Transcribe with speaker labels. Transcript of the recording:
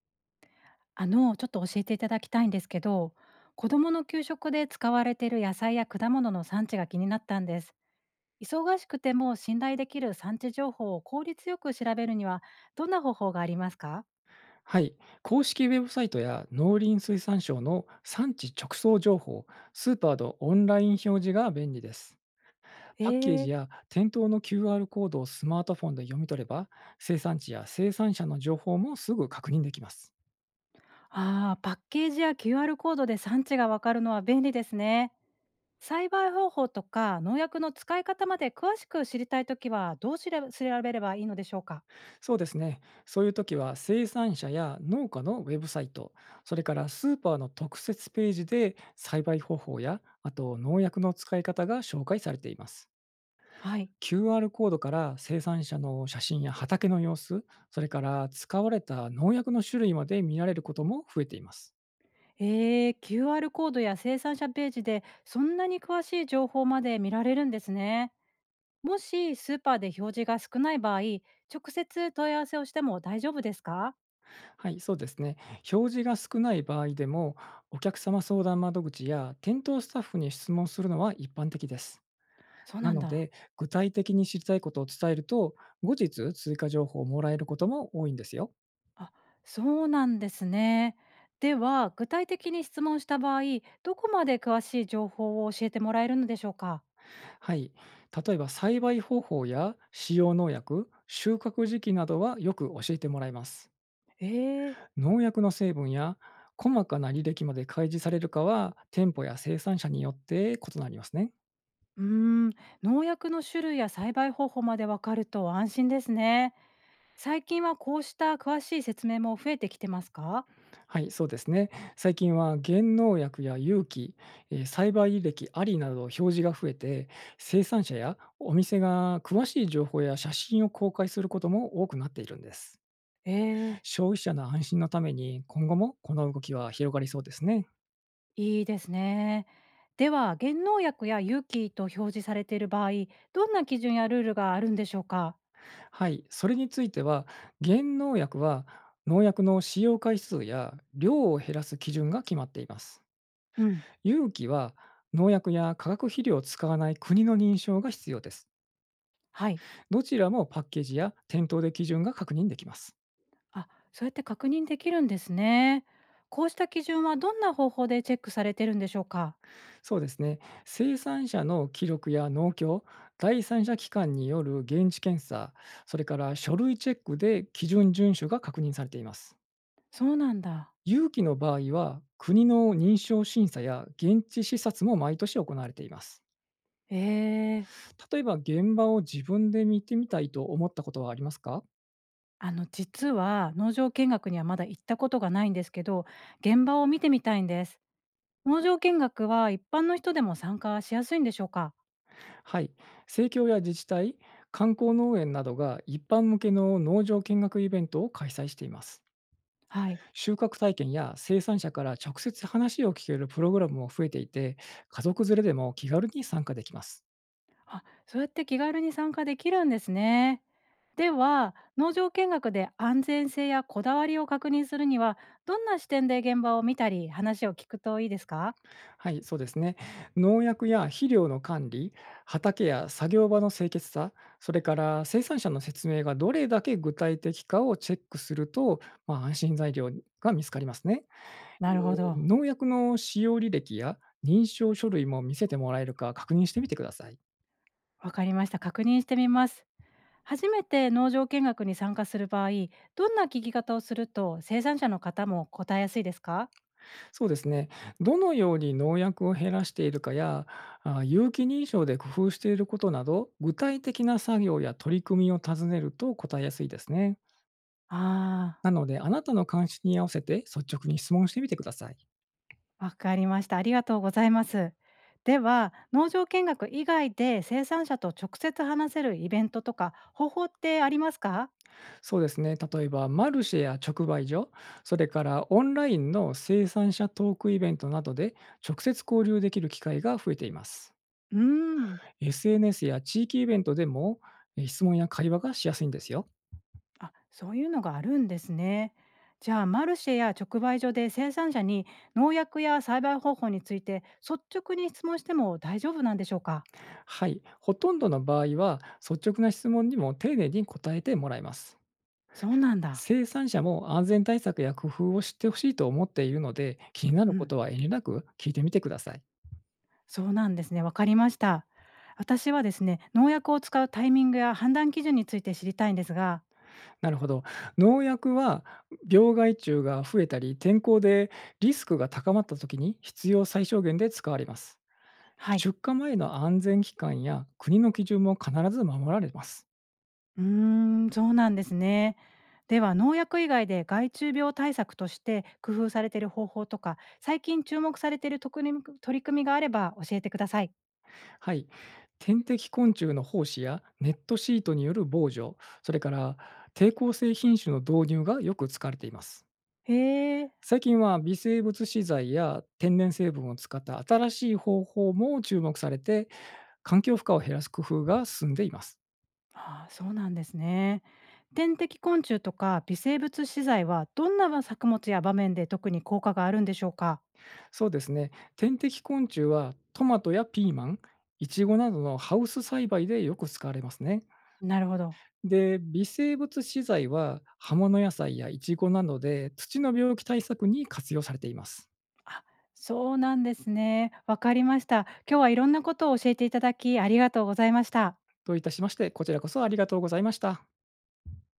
Speaker 1: ちょっと教えていただきたいんですけど、子供の給食で使われている野菜や果物の産地が気になったんです。忙しくても信頼できる産地情報を効率よく調べるにはどんな方法がありますか？
Speaker 2: はい、公式ウェブサイトや農林水産省の産地直送情報、スーパーのオンライン表示が便利です。
Speaker 1: え
Speaker 2: パッケージ
Speaker 1: ー、
Speaker 2: や店頭の QR コードをスマートフォンで読み取れば、生産地や生産者の情報もすぐ確認できます。
Speaker 1: パッケージや QR コードで産地がわかるのは便利ですね。栽培方法とか農薬の使い方まで詳しく知りたいときはどうしれ調べればいいのでしょうか？
Speaker 2: そうですね、そういう時は生産者や農家のウェブサイト、それからスーパーの特設ページで栽培方法や、あと農薬の使い方が紹介されています。
Speaker 1: はい。
Speaker 2: QR コードから生産者の写真や畑の様子、それから使われた農薬の種類まで見られることも増えています。
Speaker 1: QR コードや生産者ページでそんなに詳しい情報まで見られるんですね。もしスーパーで表示が少ない場合、直接問い合わせをしても大丈夫ですか？
Speaker 2: はい、そうですね。表示が少ない場合でも、お客様相談窓口や店頭スタッフに質問するのは一般的です。
Speaker 1: そう
Speaker 2: な
Speaker 1: なん
Speaker 2: の
Speaker 1: だ。
Speaker 2: で、具体的に知りたいことを伝えると、後日追加情報をもらえることも多いんですよ。
Speaker 1: あ、そうなんですね。では、具体的に質問した場合、どこまで詳しい情報を教えてもらえるのでしょうか？
Speaker 2: はい。例えば、栽培方法や使用農薬、収穫時期などはよく教えてもらいます。
Speaker 1: えー、
Speaker 2: 農薬の成分や細かな履歴まで開示されるかは店舗や生産者によって異なりますね。
Speaker 1: うーん、農薬の種類や栽培方法までわかると安心ですね。最近はこうした詳しい説明も増えてきてますか？
Speaker 2: はい、そうですね。最近は原農薬や有機、栽培履歴ありなどの表示が増えて、生産者やお店が詳しい情報や写真を公開することも多くなっているんです。
Speaker 1: ええ、
Speaker 2: 消費者の安心のために今後もこの動きは広がりそうですね。
Speaker 1: いいですね。では、減農薬や有機と表示されている場合、どんな基準やルールがあるんでしょうか？
Speaker 2: はい、それについては、減農薬は農薬の使用回数や量を減らす基準が決まっています。
Speaker 1: うん、
Speaker 2: 有機は農薬や化学肥料を使わない国の認証が必要です。
Speaker 1: はい。
Speaker 2: どちらもパッケージや店頭で基準が確認できます。
Speaker 1: あ、そうやって確認できるんですね。こうした基準はどんな方法でチェックされてるんでしょうか？
Speaker 2: そうですね、生産者の記録や農協、第三者機関による現地検査、それから書類チェックで基準遵守が確認されています。
Speaker 1: そうなんだ。
Speaker 2: 有機の場合は、国の認証審査や現地視察も毎年行われています。
Speaker 1: ええ。
Speaker 2: 例えば、現場を自分で見てみたいと思ったことはありますか？
Speaker 1: 実は農場見学にはまだ行ったことがないんですけど、現場を見てみたいんです。農場見学は一般の人でも参加しやすいんでしょうか？
Speaker 2: はい。政教や自治体、観光農園などが一般向けの農場見学イベントを開催しています。
Speaker 1: はい。
Speaker 2: 収穫体験や生産者から直接話を聞けるプログラムも増えていて、家族連れでも気軽に参加できます。
Speaker 1: あ、そうやって気軽に参加できるんですね。では、農場見学で安全性やこだわりを確認するには、どんな視点で現場を見たり、話を聞くといいですか？
Speaker 2: はい、そうですね。農薬や肥料の管理、畑や作業場の清潔さ、それから生産者の説明がどれだけ具体的かをチェックすると、まあ、安心材料が見つかりますね。
Speaker 1: なるほど。
Speaker 2: 農薬の使用履歴や認証書類も見せてもらえるか確認してみてください。
Speaker 1: わかりました。確認してみます。初めて農場見学に参加する場合、どんな聞き方をすると生産者の方も答えやすいですか？
Speaker 2: そうですね。どのように農薬を減らしているかや、あ有機認証で工夫していることなど、具体的な作業や取り組みを尋ねると答えやすいですね。
Speaker 1: ああー、
Speaker 2: なので、あなたの関心に合わせて率直に質問してみてください。
Speaker 1: わかりました。ありがとうございます。では、農場見学以外で生産者と直接話せるイベントとか方法ってありますか？
Speaker 2: そうですね。例えば、マルシェや直売所、それからオンラインの生産者トークイベントなどで直接交流できる機会が増えています。
Speaker 1: うーん。
Speaker 2: SNS や地域イベントでも質問や会話がしやすいんですよ。
Speaker 1: あ、そういうのがあるんですね。じゃあ、マルシェや直売所で生産者に農薬や栽培方法について率直に質問しても大丈夫なんでしょうか？
Speaker 2: はい。ほとんどの場合は、率直な質問にも丁寧に答えてもらいます。
Speaker 1: そうなんだ。
Speaker 2: 生産者も安全対策や工夫を知ってほしいと思っているので、気になる
Speaker 1: う
Speaker 2: こ
Speaker 1: ん。
Speaker 2: とは遠慮なく聞いてみてください。
Speaker 1: そうなんですね。わかりました。私はですね、農薬を使うタイミングや判断基準について知りたいんですが、
Speaker 2: なるほど。農薬は病害虫が増えたり、天候でリスクが高まった時に必要最小限で使われます。
Speaker 1: はい。
Speaker 2: 出荷前の安全期間や国の基準も必ず守られます。
Speaker 1: うーん、そうなんですね。では農薬以外で害虫病対策として工夫されている方法とか、最近注目されている特に取り組みがあれば教えてください。
Speaker 2: はい。天敵昆虫の胞子やネットシートによる防除、それから抵抗性品種の導入がよく使われています。
Speaker 1: へえ、
Speaker 2: 最近は微生物資材や天然成分を使った新しい方法も注目されて、環境負荷を減らす工夫が進んでいます。
Speaker 1: ああ、そうなんですね。天敵昆虫とか微生物資材はどんな作物や場面で特に効果があるんでしょうか？
Speaker 2: そうですね。天敵昆虫はトマトやピーマン、イチゴなどのハウス栽培でよく使われますね。
Speaker 1: なるほど。
Speaker 2: で、微生物資材は葉物野菜やイチゴなどで土の病気対策に活用されています。
Speaker 1: あ、そうなんですね。わかりました。今日はいろんなことを教えていただきありがとうございました。
Speaker 2: どういたしまして、こちらこそありがとうございました。